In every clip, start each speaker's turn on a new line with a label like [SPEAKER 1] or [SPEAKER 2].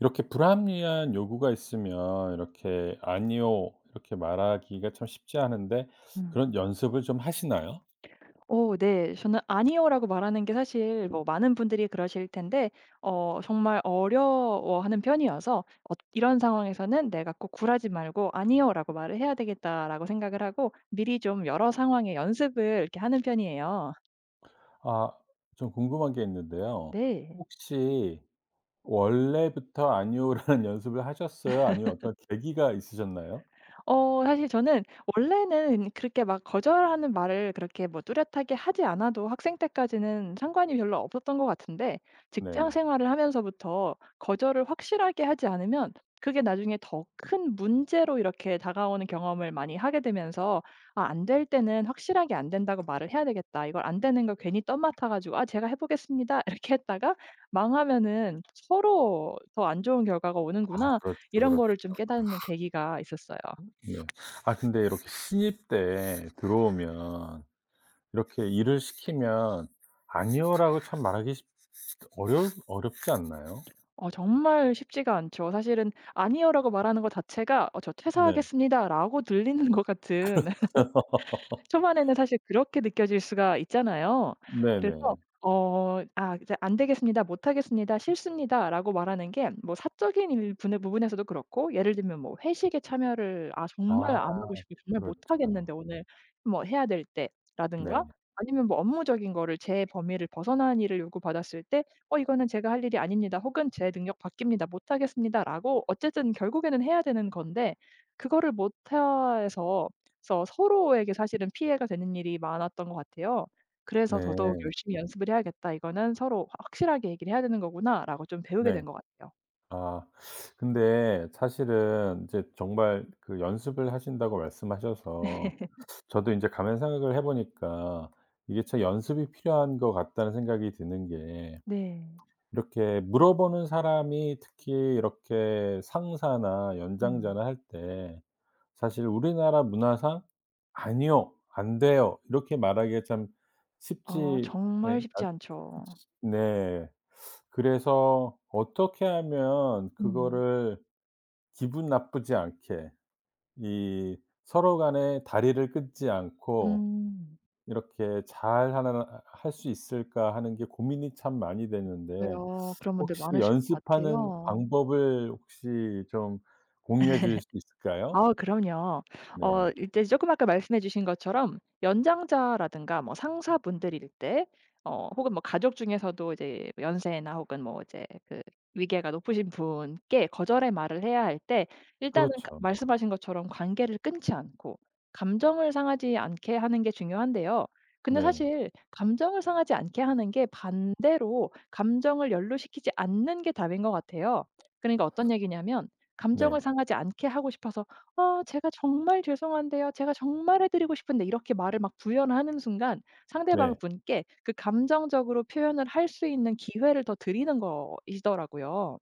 [SPEAKER 1] 이렇게 불합리한 요구가 있으면 이렇게 "아니요." 이렇게 말하기가 참 쉽지 않은데
[SPEAKER 2] 음.
[SPEAKER 1] 그런 연습을 좀 하시나요?
[SPEAKER 2] 네. 저는 "아니요."라고 말하는 게 사실 뭐 많은 분들이 그러실 텐데 정말 어려워하는 편이어서 이런 상황에서는 '내가 꼭 굴하지 말고 '아니요.'라고 말을 해야 되겠다.'라고 생각을 하고 미리 좀 여러 상황에 연습을 이렇게 하는 편이에요.
[SPEAKER 1] 아 좀 궁금한 게 있는데요.
[SPEAKER 2] 네.
[SPEAKER 1] 혹시 원래부터 "아니요."라는 연습을 하셨어요? 아니면 어떤 계기가 있으셨나요?
[SPEAKER 2] 사실 저는 원래는 그렇게 막 거절하는 말을 그렇게 뭐 뚜렷하게 하지 않아도 학생 때까지는 상관이 별로 없었던 것 같은데 직장
[SPEAKER 1] 네네.
[SPEAKER 2] 생활을 하면서부터 거절을 확실하게 하지 않으면 그게 나중에 더 큰 문제로 이렇게 다가오는 경험을 많이 하게 되면서 '아 안 될 때는 확실하게 안 된다고 말을 해야 되겠다.' 이걸 안 되는 걸 괜히 떠맡아 가지고 '아 제가 해 보겠습니다.' 이렇게 했다가 망하면은 서로 더 안 좋은 결과가
[SPEAKER 1] 아
[SPEAKER 2] 오는구나.
[SPEAKER 1] 그렇죠,
[SPEAKER 2] 이런
[SPEAKER 1] 그렇죠.
[SPEAKER 2] 거를 좀 깨닫는 계기가 있었어요.
[SPEAKER 1] 네. 아 근데 이렇게 신입 때 들어오면 이렇게 일을 시키면 "아니요."라고 참 말하기 쉽 어려 어렵지 않나요?
[SPEAKER 2] 정말 쉽지가 않죠. 사실은 "아니요."라고 말하는 것 자체가 "어 저
[SPEAKER 1] 네.
[SPEAKER 2] 퇴사하겠습니다."라고 들리는 것 같은 초반에는 사실 그렇게 느껴질 수가 있잖아요. 그래서
[SPEAKER 1] 네네.
[SPEAKER 2] 어 이제 "안 되겠습니다. 못 하겠습니다. 싫습니다."라고 말하는 게 뭐 사적인 일부 부분에서도 그렇고 예를 들면 뭐 회식에 참여를 '아
[SPEAKER 1] 아
[SPEAKER 2] 정말 안 하고 싶고 정말 못
[SPEAKER 1] 그렇죠.
[SPEAKER 2] 하겠는데 오늘 뭐 해야 될
[SPEAKER 1] 네.
[SPEAKER 2] 때.'라든가 아니면 뭐 업무적인 거를 제 범위를 벗어난 일을 요구받았을 때 "어 이거는 제가 할 일이 아닙니다." 혹은 "제 능력 바뀝니다 못 하겠습니다."라고 어쨌든 결국에는 해야 되는 건데 그거를 못 해서 그래서 서로에게 사실은 피해가 되는 일이 많았던 것 같아요.
[SPEAKER 1] 네.
[SPEAKER 2] 그래서 '더더욱 열심히 연습을 해야겠다. 이거는 서로 확 확실하게 얘기를 해야 되는 거구나.'라고 좀 배우게
[SPEAKER 1] 네.
[SPEAKER 2] 된 것 같아요.
[SPEAKER 1] 아 근데 사실은 이제 정말 그 연습을 하신다고 말씀하셔서 저도 인제 가만히 생각을 해 보니까 이게 참 '연습이 필요한 것 같다.'는 생각이 드는 게
[SPEAKER 2] 네.
[SPEAKER 1] 이렇게 물어보는 사람이 특히 이렇게 상사나
[SPEAKER 2] 음.
[SPEAKER 1] 연장자나 할 때 사실 우리나라 문화상 "아니요. 안 돼요." 이렇게 말하기가 참
[SPEAKER 2] 아
[SPEAKER 1] 쉽지 예
[SPEAKER 2] 정말 쉽지 않죠.
[SPEAKER 1] 네. 그래서 어떻게 하면
[SPEAKER 2] 음.
[SPEAKER 1] 그거를 기분 나쁘지 않게 이 서로 간에 다리를 끊지 않고
[SPEAKER 2] 음.
[SPEAKER 1] 이렇게 잘 하나 아 할 수 있을까 하는 게 고민이 참 많이 되는데
[SPEAKER 2] 요 그런 분들
[SPEAKER 1] 혹시
[SPEAKER 2] 많으실 것
[SPEAKER 1] 연습하는
[SPEAKER 2] 같아요.
[SPEAKER 1] 방법을 혹시 좀 공유해 주실 수 있을까요?
[SPEAKER 2] 아 그럼요.
[SPEAKER 1] 네.
[SPEAKER 2] 이제 조금 아까 말씀해 주신 것처럼 연장자라든가 뭐 상사분들일 때 혹은 뭐 가족 중에서도 이제 연세나 혹은 뭐 이제 그 위계가 높으신 분께 거절의 말을 해야 할 때 일단은
[SPEAKER 1] 그렇죠.
[SPEAKER 2] 가 말씀하신 것처럼 관계를 끊지 않고 감정을 상하지 않게 하는 게 중요한데요. 근데
[SPEAKER 1] 네.
[SPEAKER 2] 사실 감정을 상하지 않게 하는 게 반대로 감정을 연루시키지 않는 게 답인 것 같아요. 그러니까 어떤 얘기냐면 감정을
[SPEAKER 1] 네.
[SPEAKER 2] 상하지 않게 하고 싶어서 "아 제가 정말 죄송한데요. 제가 정말 해 드리고 싶은데." 이렇게 말을 막 부연하는 순간 상대방
[SPEAKER 1] 네.
[SPEAKER 2] 분께 그 감정적으로 표현을 할 수 있는 기회를 더 드리는 것이더라고요.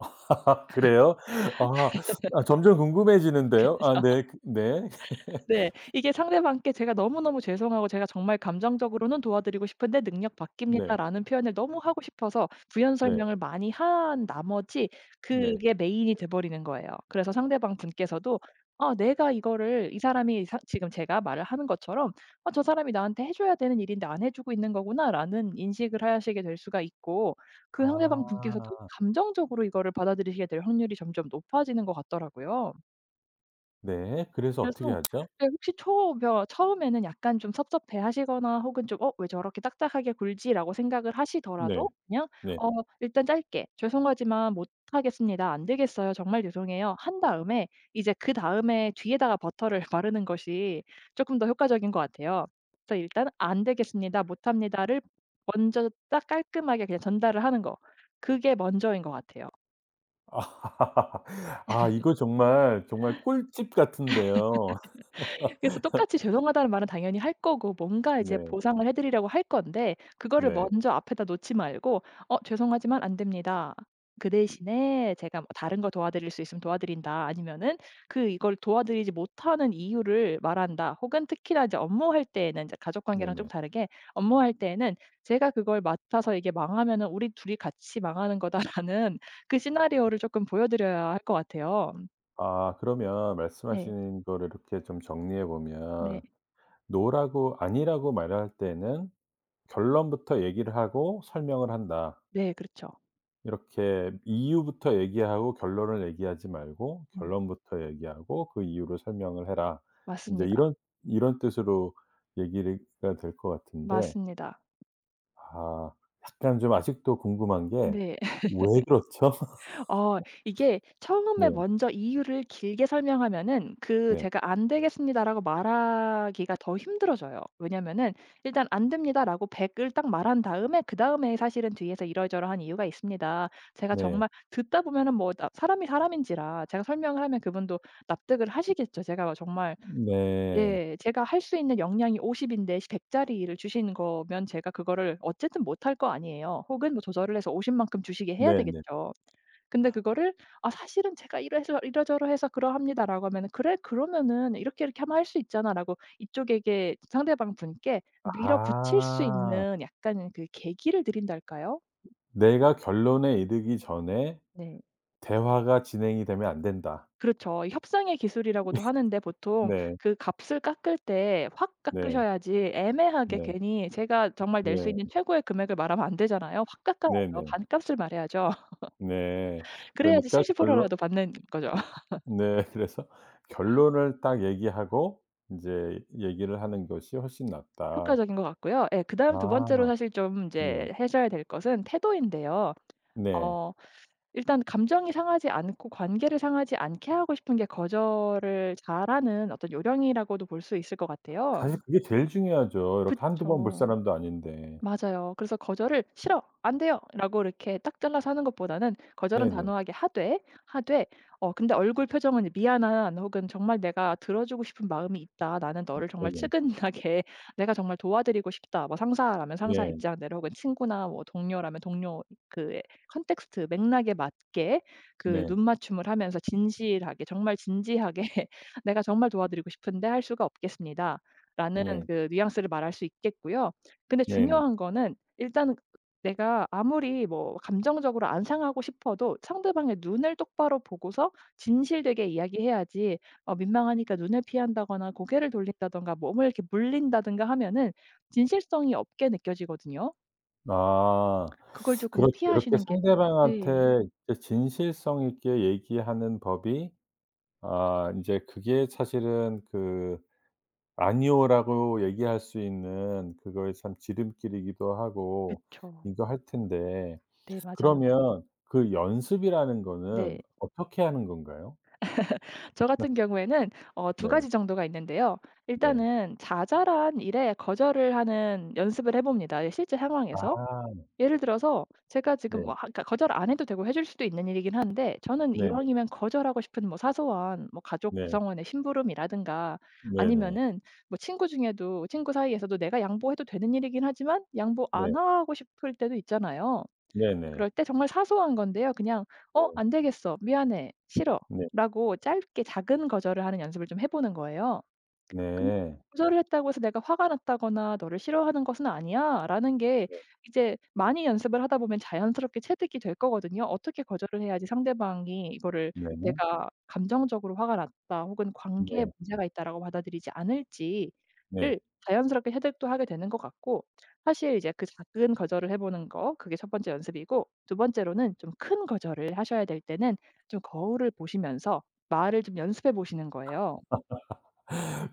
[SPEAKER 1] 그래요? 아. 아 점점 궁금해지는데요.
[SPEAKER 2] 그래서
[SPEAKER 1] 아 네. 그 네.
[SPEAKER 2] 네. 이게 상대방께 제가 너무너무 죄송하고 제가 정말 감정적으로는 도와드리고 싶은데 "능력
[SPEAKER 1] 네.
[SPEAKER 2] 바뀝니다."라는 표현을 너무 하고 싶어서 부연
[SPEAKER 1] 네.
[SPEAKER 2] 설명을 많이 한 나머지
[SPEAKER 1] 네.
[SPEAKER 2] 그게 메인이 돼 버리는 거예요. 그래서 상대방 분께서도 아 내가 이거를 이 사람이 사 지금 제가 말을 하는 것처럼 '아 저 사람이 나한테 해 줘야 되는 일인데 안 해 주고 있는 거구나.'라는 인식을 하시게 될 수가 있고 그 상대방 분께서도
[SPEAKER 1] 아.
[SPEAKER 2] 감정적으로 이거를 받아들이시게 될 확률이 점점 높아지는 것 같더라고요.
[SPEAKER 1] 네. 그래서 어떻게
[SPEAKER 2] 그래서
[SPEAKER 1] 하죠?
[SPEAKER 2] 네 혹시 처음에는 약간 좀 섭섭해하시거나 혹은 좀 '어 왜 저렇게 딱딱하게 굴지?'라고 생각을
[SPEAKER 1] 네.
[SPEAKER 2] 하시더라도 그냥
[SPEAKER 1] 네.
[SPEAKER 2] 어 일단 짧게 "죄송하지만 못하겠습니다. 안 되겠어요. 정말 죄송해요." 한 다음에 이제 그다음에 뒤에다가 버터를 바르는 것이 쪼끔 더 효과적인 것 같아요. 그래서 일단 "안 되겠습니다. 못합니다."를 먼저 딱 깔끔하게 그냥 전달을 하는 거. 그게 먼저인 것 같아요.
[SPEAKER 1] 아 아 이거 정말, 정말 꿀팁 같은데요.
[SPEAKER 2] 그래서 똑같이 죄송하다는 말은 당연히 할 거고 뭔가 이제
[SPEAKER 1] 네.
[SPEAKER 2] 보상을 해 드리려고 할 건데 그거를
[SPEAKER 1] 네.
[SPEAKER 2] 먼저 앞에다 놓지 말고 "어 죄송하지만 안 됩니다. 그 대신에 제가 뭐 다른 거 도와드릴 수 있으면 도와드린다." 아니면은 그 이걸 도와드리지 못하는 이유를 말한다. 혹은 특히나 이제 업무할 때에는 이제 가족 관계랑 좀
[SPEAKER 1] 네네.
[SPEAKER 2] 다르게 업무할 때에는 "제가 그걸 맡아서 이게 망하면은 우리 둘이 같이 망하는 거다."라는 그 시나리오를 쪼끔 보여 드려야 할 것 같아요.
[SPEAKER 1] 아 그러면
[SPEAKER 2] 네.
[SPEAKER 1] 말씀하시는 거를 이렇게 좀 정리해
[SPEAKER 2] 네.
[SPEAKER 1] 보면 "노라고 아니라고 말할 때는 결론부터 얘기를 하고 설명을 한다."
[SPEAKER 2] 네. 그렇죠.
[SPEAKER 1] 이렇게 이유부터 얘기하고 결론을 얘기하지 말고
[SPEAKER 2] 음.
[SPEAKER 1] 결론부터 얘기하고 그 이유를 설명을 해라. 인제
[SPEAKER 2] 맞습니다.
[SPEAKER 1] 이런 뜻으로 얘기가 될 것 같은데
[SPEAKER 2] 맞습니다.
[SPEAKER 1] 아 약간 좀 아직도 궁금한 게
[SPEAKER 2] 네.
[SPEAKER 1] 왜 그렇죠?
[SPEAKER 2] 어 이게 처음에
[SPEAKER 1] 네.
[SPEAKER 2] 먼저 이유를 길게 설명하면은 그
[SPEAKER 1] 네.
[SPEAKER 2] 제가 "안 되겠습니다."라고 말하기가 더 힘들어져요. 왜냐면은 일단 "안 됩니다."라고 100을 딱 말한 다음에 그다음에 사실은 뒤에서 이러저러한 이유가 있습니다." 제가
[SPEAKER 1] 네.
[SPEAKER 2] 정말 듣다 보면은 뭐 나 사람이 사람인지라 제가 설명을 하면 그분도 납득을 하시겠죠. 제가 정말
[SPEAKER 1] 네.
[SPEAKER 2] 네. 제가 할 수 있는 역량이 50 인데 100 짜리 일을 주시는 거면 제가 그거를 어쨌든 못할 거 아니에요. 혹은 뭐 조절을 해서 50 만큼 주시게 해야
[SPEAKER 1] 네네.
[SPEAKER 2] 되겠죠. 근데 그거를 "아 사실은 제가 이래서 이러저러해서 그러합니다."라고 하면은 "그래 그러면은 이렇게 이렇게 하면 할 수 있잖아."라고 이쪽에게 상대방 분께 밀어붙일 수
[SPEAKER 1] 아.
[SPEAKER 2] 있는 약간 그 계기를 드린달까요?
[SPEAKER 1] 내가 결론에 이르기 전에
[SPEAKER 2] 네.
[SPEAKER 1] 대화가 진행이 되면 안 된다.
[SPEAKER 2] 그렇죠. 이 협상의 기술이라고도 하는데 보통
[SPEAKER 1] 네.
[SPEAKER 2] 그 값을 깎을 때 확
[SPEAKER 1] 네.
[SPEAKER 2] 깎으셔야지 애매하게
[SPEAKER 1] 네.
[SPEAKER 2] 괜히 제가 정말 낼 수
[SPEAKER 1] 네.
[SPEAKER 2] 있는 최고의 금액을 말하면 안 되잖아요. 확
[SPEAKER 1] 네네.
[SPEAKER 2] 깎아야죠.
[SPEAKER 1] 네.
[SPEAKER 2] 반값을 말해야죠.
[SPEAKER 1] 네.
[SPEAKER 2] 그래야지
[SPEAKER 1] 그러니까
[SPEAKER 2] 70%
[SPEAKER 1] 결론
[SPEAKER 2] 라도 받는 거죠.
[SPEAKER 1] 네. 그래서 결론을 딱 얘기하고 인제 얘기를 하는 것이 훨씬 낫다.
[SPEAKER 2] 효과적인 것 같고요. 예 그다음 두 번째로
[SPEAKER 1] 아.
[SPEAKER 2] 사실 좀 이
[SPEAKER 1] 네.
[SPEAKER 2] 제해셔야 될 것은 태도인데요.
[SPEAKER 1] 네.
[SPEAKER 2] 어 일단 감정이 상하지 않고 관계를 상하지 않게 하고 싶은 게 거절을 잘하는 어떤 요령이라고도 볼 수 있을 것 같아요.
[SPEAKER 1] 사실 그게 제일 중요하죠. 이렇게 한두 번 볼
[SPEAKER 2] 그쵸.
[SPEAKER 1] 사람도 아닌데.
[SPEAKER 2] 맞아요. 그래서 거절을 "싫어. 안 돼요." 라고 이렇게 딱 잘라서 하는 것보다는 거절은
[SPEAKER 1] 네네.
[SPEAKER 2] 단호하게 하되 근데 얼굴 표정은 미안한 혹은 정말 '내가 들어주고 싶은 마음이 있다. 나는 너를 정말
[SPEAKER 1] 네네.
[SPEAKER 2] 측은하게 내가 정말 도와드리고 싶다.' 뭐 상사라면 상사
[SPEAKER 1] 네.
[SPEAKER 2] 입장대로 혹은 친구나 뭐 동료라면 동료 그 컨텍스트 맥락에 맞게 그
[SPEAKER 1] 네.
[SPEAKER 2] 눈 맞춤을 하면서 진실하게 정말 진지하게 "내가 정말 도와드리고 싶은데 할 수가 없겠습니다."라는
[SPEAKER 1] 네.
[SPEAKER 2] 그 뉘앙스를 말할 수 있겠고요. 근데
[SPEAKER 1] 네네.
[SPEAKER 2] 중요한 거는 일단은 내가 아무리 뭐 감정적으로 안 상하고 싶어도 상대방의 눈을 똑바로 보고서 진실되게 이야기해야지 민망하니까 눈을 피한다거나 고개를 돌린다든가 몸을 이렇게 물린다든가 하면은 진실성이 없게 느껴지거든요.
[SPEAKER 1] 아.
[SPEAKER 2] 그걸 조금
[SPEAKER 1] 그렇죠. 이렇게
[SPEAKER 2] 피하시는 게 네.
[SPEAKER 1] 상대방한테 이제 진실성 있게 얘기하는 법이 아 인제 그게 사실은 그 아니요라고 얘기할 수 있는 그거에 참 지름길이기도 하고
[SPEAKER 2] 그쵸.
[SPEAKER 1] 이거 할 텐데
[SPEAKER 2] 네 맞아요.
[SPEAKER 1] 그러면 그 연습이라는
[SPEAKER 2] 네.
[SPEAKER 1] 거는 어떻게 하는 건가요?
[SPEAKER 2] 저 같은 경우에는 두
[SPEAKER 1] 네.
[SPEAKER 2] 가지 정도가 있는데요.
[SPEAKER 1] 네.
[SPEAKER 2] 일단은 자잘한 일에 거절을 하는 연습을 해 봅니다, 실제 상황에서.
[SPEAKER 1] 아
[SPEAKER 2] 예를 들어서 제가
[SPEAKER 1] 네.
[SPEAKER 2] 지금 뭐 하 그러니까 거절 안 해도 되고 해줄 수도 있는 일이긴 한데 저는
[SPEAKER 1] 네네.
[SPEAKER 2] 이왕이면 거절하고 싶은 뭐 사소한 뭐 가족
[SPEAKER 1] 네.
[SPEAKER 2] 구성원의 심부름이라든가
[SPEAKER 1] 네 네.
[SPEAKER 2] 아니면은 뭐 친구 중에도 친구 사이에서도 내가 양보해도 되는 일이긴 하지만 양보 안
[SPEAKER 1] 네.
[SPEAKER 2] 하고 싶을 때도 있잖아요.
[SPEAKER 1] 네 네.
[SPEAKER 2] 그럴 때 정말 사소한 건데요. 그냥 "어
[SPEAKER 1] 네.
[SPEAKER 2] 안 되겠어. 미안해. 싫어."
[SPEAKER 1] 네.
[SPEAKER 2] 라고 짧게 작은 거절을 하는 연습을 좀 해 보는 거예요. 근데
[SPEAKER 1] 네.
[SPEAKER 2] "거절을 했다고 해서 내가 화가 났다거나 너를 싫어하는 것은 아니야."라는 게 이제 많이 연습을 하다 보면 자연스럽게 체득이 될 거거든요. 어떻게 거절을 해야지 상대방이 이거를
[SPEAKER 1] 네. 네. 네. 네, 네,
[SPEAKER 2] 내가 감정적으로 화가 났다 혹은 '관계에
[SPEAKER 1] 네,
[SPEAKER 2] 문제가 있다.'라고 받아들이지 않을지를
[SPEAKER 1] 네.
[SPEAKER 2] 자연스럽게 체득도 하게 되는 것 같고 사실 이제 그 작은 거절을 해 보는 거 그게 첫 번째 연습이고 두 번째로는 좀 큰 거절을 하셔야 될 때는 좀 거울을 보시면서 말을 좀 연습해 보시는 거예요.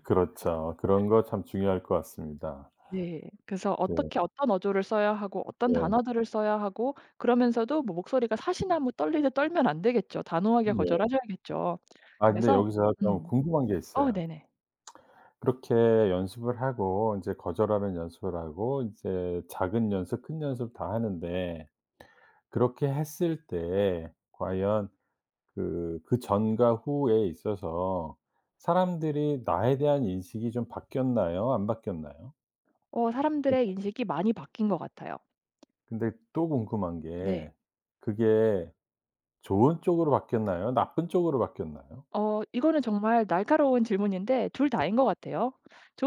[SPEAKER 1] 그렇죠. 그런 거 참 중요할 것 같습니다.
[SPEAKER 2] 네. 그래서
[SPEAKER 1] 네.
[SPEAKER 2] 어떻게 어떤 어조를 써야 하고 어떤
[SPEAKER 1] 네.
[SPEAKER 2] 단어들을 써야 하고 그러면서도 뭐 목소리가 사시나무 떨리듯 떨면 안 되겠죠. 단호하게
[SPEAKER 1] 네.
[SPEAKER 2] 거절하셔야겠죠.
[SPEAKER 1] 아 근데
[SPEAKER 2] 그래서
[SPEAKER 1] 여기서 좀
[SPEAKER 2] 음.
[SPEAKER 1] 궁금한 게 있어요.
[SPEAKER 2] 네네.
[SPEAKER 1] 그렇게 연습을 하고 이제 거절하는 연습을 하고 이제 작은 연습 큰 연습 다 하는데 그렇게 했을 때 과연 그 전과 후에 있어서 사람들이 나에 대한 인식이 좀 바뀌었나요? 안 바뀌었나요? 네.
[SPEAKER 2] 사람들의 인식이 많이 바뀐 것 같아요.
[SPEAKER 1] 근데 또 궁금한
[SPEAKER 2] 네.
[SPEAKER 1] 게 그게 좋은 쪽으로 바뀌었나요? 나쁜 쪽으로 바뀌었나요?
[SPEAKER 2] 이거는 정말 날카로운 질문인데 둘 다인 것 같아요.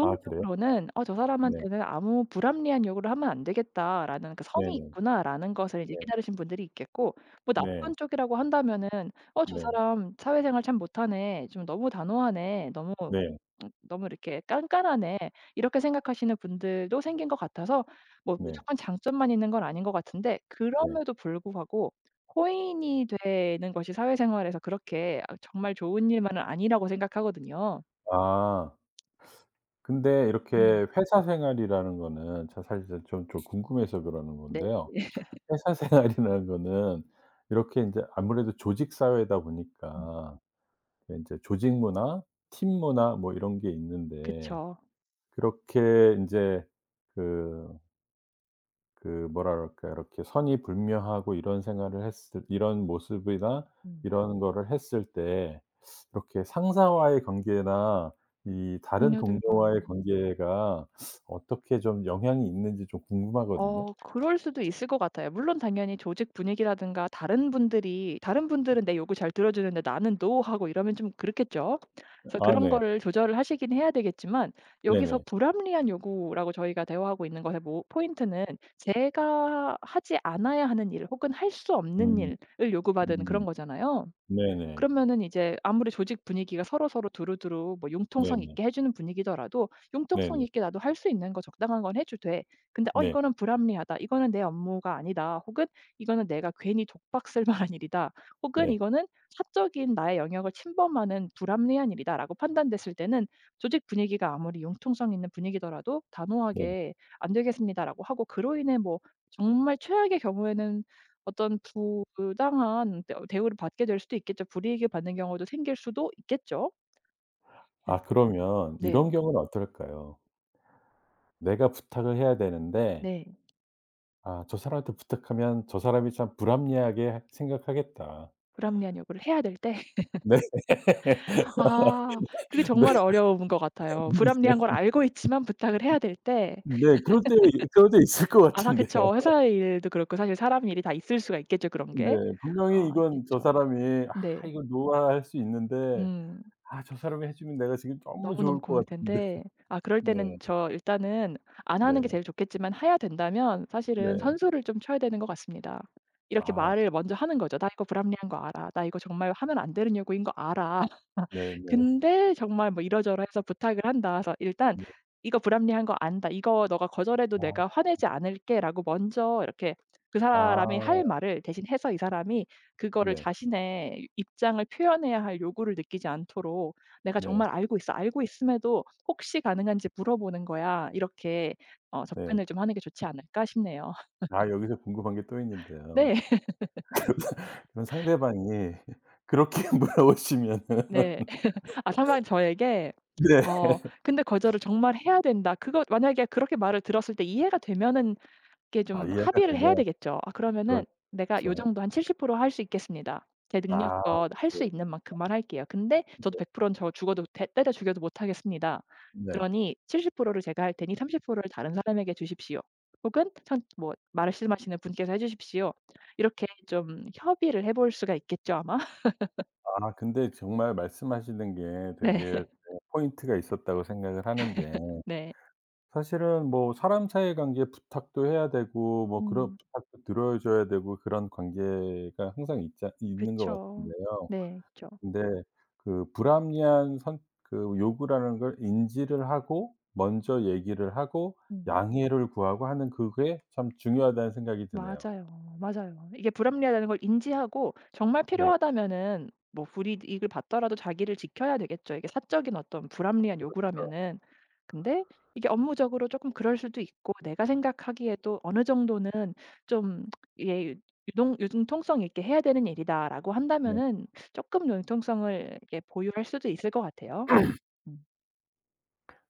[SPEAKER 1] 아 그래요?
[SPEAKER 2] 쪽으로는 '어 저
[SPEAKER 1] 네.
[SPEAKER 2] 사람한테는 아무 불합리한 요구를 하면 안 되겠다.'라는 그
[SPEAKER 1] 네
[SPEAKER 2] '성이
[SPEAKER 1] 네.
[SPEAKER 2] 있구나.'라는 것을 이제
[SPEAKER 1] 네.
[SPEAKER 2] 기다리신 분들이 있겠고 뭐
[SPEAKER 1] 네.
[SPEAKER 2] 나쁜 쪽이라고 한다면은 '어 저
[SPEAKER 1] 네.
[SPEAKER 2] 사람 사회생활 참 못하네. 좀 너무 단호하네. 너무
[SPEAKER 1] 네.
[SPEAKER 2] 너무 이렇게 깐깐하네.' 이렇게 생각하시는 분들도 생긴 것 같아서 뭐
[SPEAKER 1] 네.
[SPEAKER 2] 무조건 장점만 있는 건 아닌 것 같은데
[SPEAKER 1] 네.
[SPEAKER 2] 그럼에도 불구하고 코인이 되는 것이 사회생활에서 그렇게 아 정말 좋은 일만은 아니라고 생각하거든요.
[SPEAKER 1] 아. 근데
[SPEAKER 2] 음.
[SPEAKER 1] 이렇게 회사 생활이라는 거는 제 사실 좀 궁금해서 그러는
[SPEAKER 2] 네.
[SPEAKER 1] 건데요. 회사 생활이라는 거는 이렇게 인제 아무래도 조직 사회다
[SPEAKER 2] 음.
[SPEAKER 1] 보니까 인제 조직 문화, 팀 문화 뭐 이런 게 있는데
[SPEAKER 2] 그쵸.
[SPEAKER 1] 그렇게 인제 그 그 뭐라 그럴까 이렇게 선이 불명하고 이런 생활을 했을 이런 모습이나
[SPEAKER 2] 음.
[SPEAKER 1] 이런 거를 했을 때 이렇게 상사와의 관계나 이 다른
[SPEAKER 2] 동료들과
[SPEAKER 1] 동료와의 관계가 어떻게 좀 영향이 있는지 좀 궁금하거든요.
[SPEAKER 2] 그럴 수도 있을 것 같아요. 물론 당연히 조직 분위기라든가 다른 분들은 내 요구 잘 들어 주는데 나는 노 하고 이러면 좀 그렇겠죠. 그래서
[SPEAKER 1] 아
[SPEAKER 2] 그런
[SPEAKER 1] 네.
[SPEAKER 2] 거를 조절을 하시긴 해야 되겠지만 여기서
[SPEAKER 1] 네네.
[SPEAKER 2] 불합리한 요구라고 저희가 대화하고 있는 것의 모 포인트는 제가 하지 않아야 하는 일 혹은 할 수 없는
[SPEAKER 1] 음.
[SPEAKER 2] 일을 요구받은 그런
[SPEAKER 1] 음.
[SPEAKER 2] 거잖아요.
[SPEAKER 1] 네네.
[SPEAKER 2] 그러면은 이제 아무리 조직 분위기가 서로서로 두루두루 뭐 융통성
[SPEAKER 1] 네네.
[SPEAKER 2] 있게 해 주는 분위기더라도 융통성
[SPEAKER 1] 네네.
[SPEAKER 2] 있게 '나도 할 수 있는 거 적당한 건 해 줘도 돼.' 근데 '어
[SPEAKER 1] 네.
[SPEAKER 2] 이거는 불합리하다. 이거는 내 업무가 아니다.' 혹은 '이거는 내가 괜히 독박 쓸 만한 일이다.' 혹은
[SPEAKER 1] 네.
[SPEAKER 2] '이거는 사적인 나의 영역을 침범하는 불합리한 일이다.'라고 판단됐을 때는 조직 분위기가 아무리 융통성 있는 분위기더라도
[SPEAKER 1] 네.
[SPEAKER 2] 단호하게 "안 되겠습니다."라고 하고 그로 인해 뭐 정말 최악의 경우에는 어떤 부당한 대 대우를 받게 될 수도 있겠죠. 불이익을 받는 경우도 생길 수도 있겠죠. 네.
[SPEAKER 1] 아 그러면
[SPEAKER 2] 네.
[SPEAKER 1] 이런 경우는 어떨까요? 내가 부탁을 해야 되는데
[SPEAKER 2] 네.
[SPEAKER 1] '아 저 사람한테 부탁하면 저 사람이 참 불합리하게 생각하겠다.'
[SPEAKER 2] 불합리한 요구를 해야 될 때
[SPEAKER 1] 네.
[SPEAKER 2] 아 그게
[SPEAKER 1] 네.
[SPEAKER 2] 정말 어려운 것 같아요. 불합리한 걸
[SPEAKER 1] 네.
[SPEAKER 2] 알고 있지만 부탁을 해야 될 때
[SPEAKER 1] 네. 그럴 때 있을 것
[SPEAKER 2] 아 다
[SPEAKER 1] 같은데.
[SPEAKER 2] 그쵸. 회사 일도 그렇고 사실 사람 일이 다 있을 수가 있겠죠, 그런
[SPEAKER 1] 네.
[SPEAKER 2] 게. 아
[SPEAKER 1] 분명히 이건 저
[SPEAKER 2] 있겠죠.
[SPEAKER 1] 사람이
[SPEAKER 2] 네.
[SPEAKER 1] '아 이거 노화할 수 있는데
[SPEAKER 2] 음.
[SPEAKER 1] 아 저 사람이 해 주면 내가 지금 너무
[SPEAKER 2] 너무너무
[SPEAKER 1] 좋을
[SPEAKER 2] 고물
[SPEAKER 1] 것 같은데.'
[SPEAKER 2] 텐데 아 그럴 때는
[SPEAKER 1] 네.
[SPEAKER 2] 저 일단은 안 하는
[SPEAKER 1] 네.
[SPEAKER 2] 게 제일 좋겠지만 해야 된다면 사실은
[SPEAKER 1] 네.
[SPEAKER 2] 선수를 좀 쳐야 되는 것 같습니다. 이렇게
[SPEAKER 1] 아
[SPEAKER 2] 말을 먼저 하는 거죠. "나 이거 불합리한 거 알아. 나 이거 정말 하면 안 되는 요구인 거 알아."
[SPEAKER 1] 네네.
[SPEAKER 2] 근데 정말 뭐 이러저러해서 부탁을 한다. 그래서 일단
[SPEAKER 1] 네. 네.
[SPEAKER 2] "이거 불합리한 거 안다. 이거 너가 거절해도 내가
[SPEAKER 1] 아.
[SPEAKER 2] 화내지 않을게."라고 먼저 이렇게 그 사람이
[SPEAKER 1] 아.
[SPEAKER 2] 할 말을 대신해서 이 사람이 그거를
[SPEAKER 1] 네.
[SPEAKER 2] 자신의 입장을 표현해야 할 요구를 느끼지 않도록 "내가 정말
[SPEAKER 1] 네.
[SPEAKER 2] 알고 있어. 알고 있음에도 혹시 가능한지 물어보는 거야." 이렇게
[SPEAKER 1] 네.
[SPEAKER 2] 접근을 좀 하는 게 좋지 않을까 싶네요.
[SPEAKER 1] 아 여기서 궁금한 게 또
[SPEAKER 2] 네.
[SPEAKER 1] 있는데요. 그럼 그럼 상대방이 그렇게 물어보시면은
[SPEAKER 2] 네. 아 상대방이 저에게
[SPEAKER 1] 네.
[SPEAKER 2] 어 근데 거절을 정말 해야 된다. 그거 만약에 그렇게 말을 들었을 때 이해가 되면은 이게
[SPEAKER 1] 아
[SPEAKER 2] 좀
[SPEAKER 1] 이해가
[SPEAKER 2] 합의를 해야
[SPEAKER 1] 되면
[SPEAKER 2] 되겠죠. "아 그러면은 내가 요
[SPEAKER 1] 그렇죠.
[SPEAKER 2] 정도 한 70%할 수 있겠습니다. 제
[SPEAKER 1] 아
[SPEAKER 2] 능력껏 할 수
[SPEAKER 1] 그쵸.
[SPEAKER 2] 있는 만큼만 할게요. 근데 저도
[SPEAKER 1] 네.
[SPEAKER 2] 100%는 저 죽어도 대 때려 죽여도 못 하겠습니다.
[SPEAKER 1] 네.
[SPEAKER 2] 그러니 70%를 제가 할 테니 30%를 다른 사람에게 주십시오." 혹은 천 뭐 말씀하시는 분께서 해 주십시오. 이렇게 좀 협의를 해볼 수가 있겠죠 아마?
[SPEAKER 1] 아 근데 정말 말씀하시는 게
[SPEAKER 2] 네.
[SPEAKER 1] 되게 어 포인트가 있었다고 생각을 하는 게
[SPEAKER 2] 네.
[SPEAKER 1] 사실은 뭐 사람 사이 관계에 부탁도 해야 되고 뭐 그런
[SPEAKER 2] 음.
[SPEAKER 1] 부탁도 들어 줘야 되고 그런 관계가 항상 있자 있는 것
[SPEAKER 2] 그쵸.
[SPEAKER 1] 같은데요.
[SPEAKER 2] 네. 있죠.
[SPEAKER 1] 근데 그 불합리한 선 그 요구라는 걸 인지를 하고 먼저 얘기를 하고
[SPEAKER 2] 음.
[SPEAKER 1] 양해를 구하고 하는 그게 참 중요하다는 생각이 드네요.
[SPEAKER 2] 맞아요. 맞아요. 이게 불합리하다는 걸 인지하고 정말
[SPEAKER 1] 네.
[SPEAKER 2] 필요하다면은 뭐 불이익을 받더라도 자기를 지켜야 되겠죠. 이게 사적인 어떤 불합리한
[SPEAKER 1] 그렇죠.
[SPEAKER 2] 요구라면은. 근데 이게 업무적으로 조금 그럴 수도 있고 내가 생각하기에도 어느 정도는 좀 이게 유동 융통성 있게 해야 되는 일이다라고 한다면은 조금 융통성을 이렇게 보유할 수도 있을 것 같아요. 음.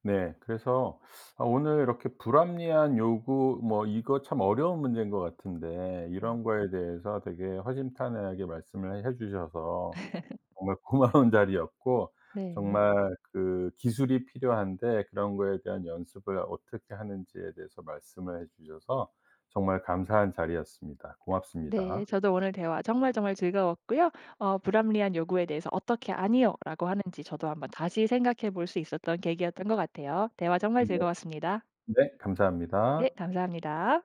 [SPEAKER 1] 네. 그래서 아 오늘 이렇게 불합리한 요구 뭐 이거 참 어려운 문제인 것 같은데
[SPEAKER 2] 네.
[SPEAKER 1] 이런 거에 대해서 되게 허심탄회하게 말씀을 해 주셔서 정말 고마운 자리였고
[SPEAKER 2] 네.
[SPEAKER 1] 정말 그 기술이 필요한데 그런 거에 대한 연습을 어떻게 하는지에 대해서 말씀을 해 주셔서 정말 감사한 자리였습니다.
[SPEAKER 2] 네.
[SPEAKER 1] 고맙습니다.
[SPEAKER 2] 저도 오늘 대화 정말 정말 즐거웠고요. 불합리한 요구에 대해서 어떻게 "아니요."라고 하는지 저도 한번 다시 생각해 볼 수 있었던 계기였던 것 같아요. 대화 정말
[SPEAKER 1] 네.
[SPEAKER 2] 즐거웠습니다.
[SPEAKER 1] 네.
[SPEAKER 2] 네.
[SPEAKER 1] 감사합니다.
[SPEAKER 2] 감사합니다.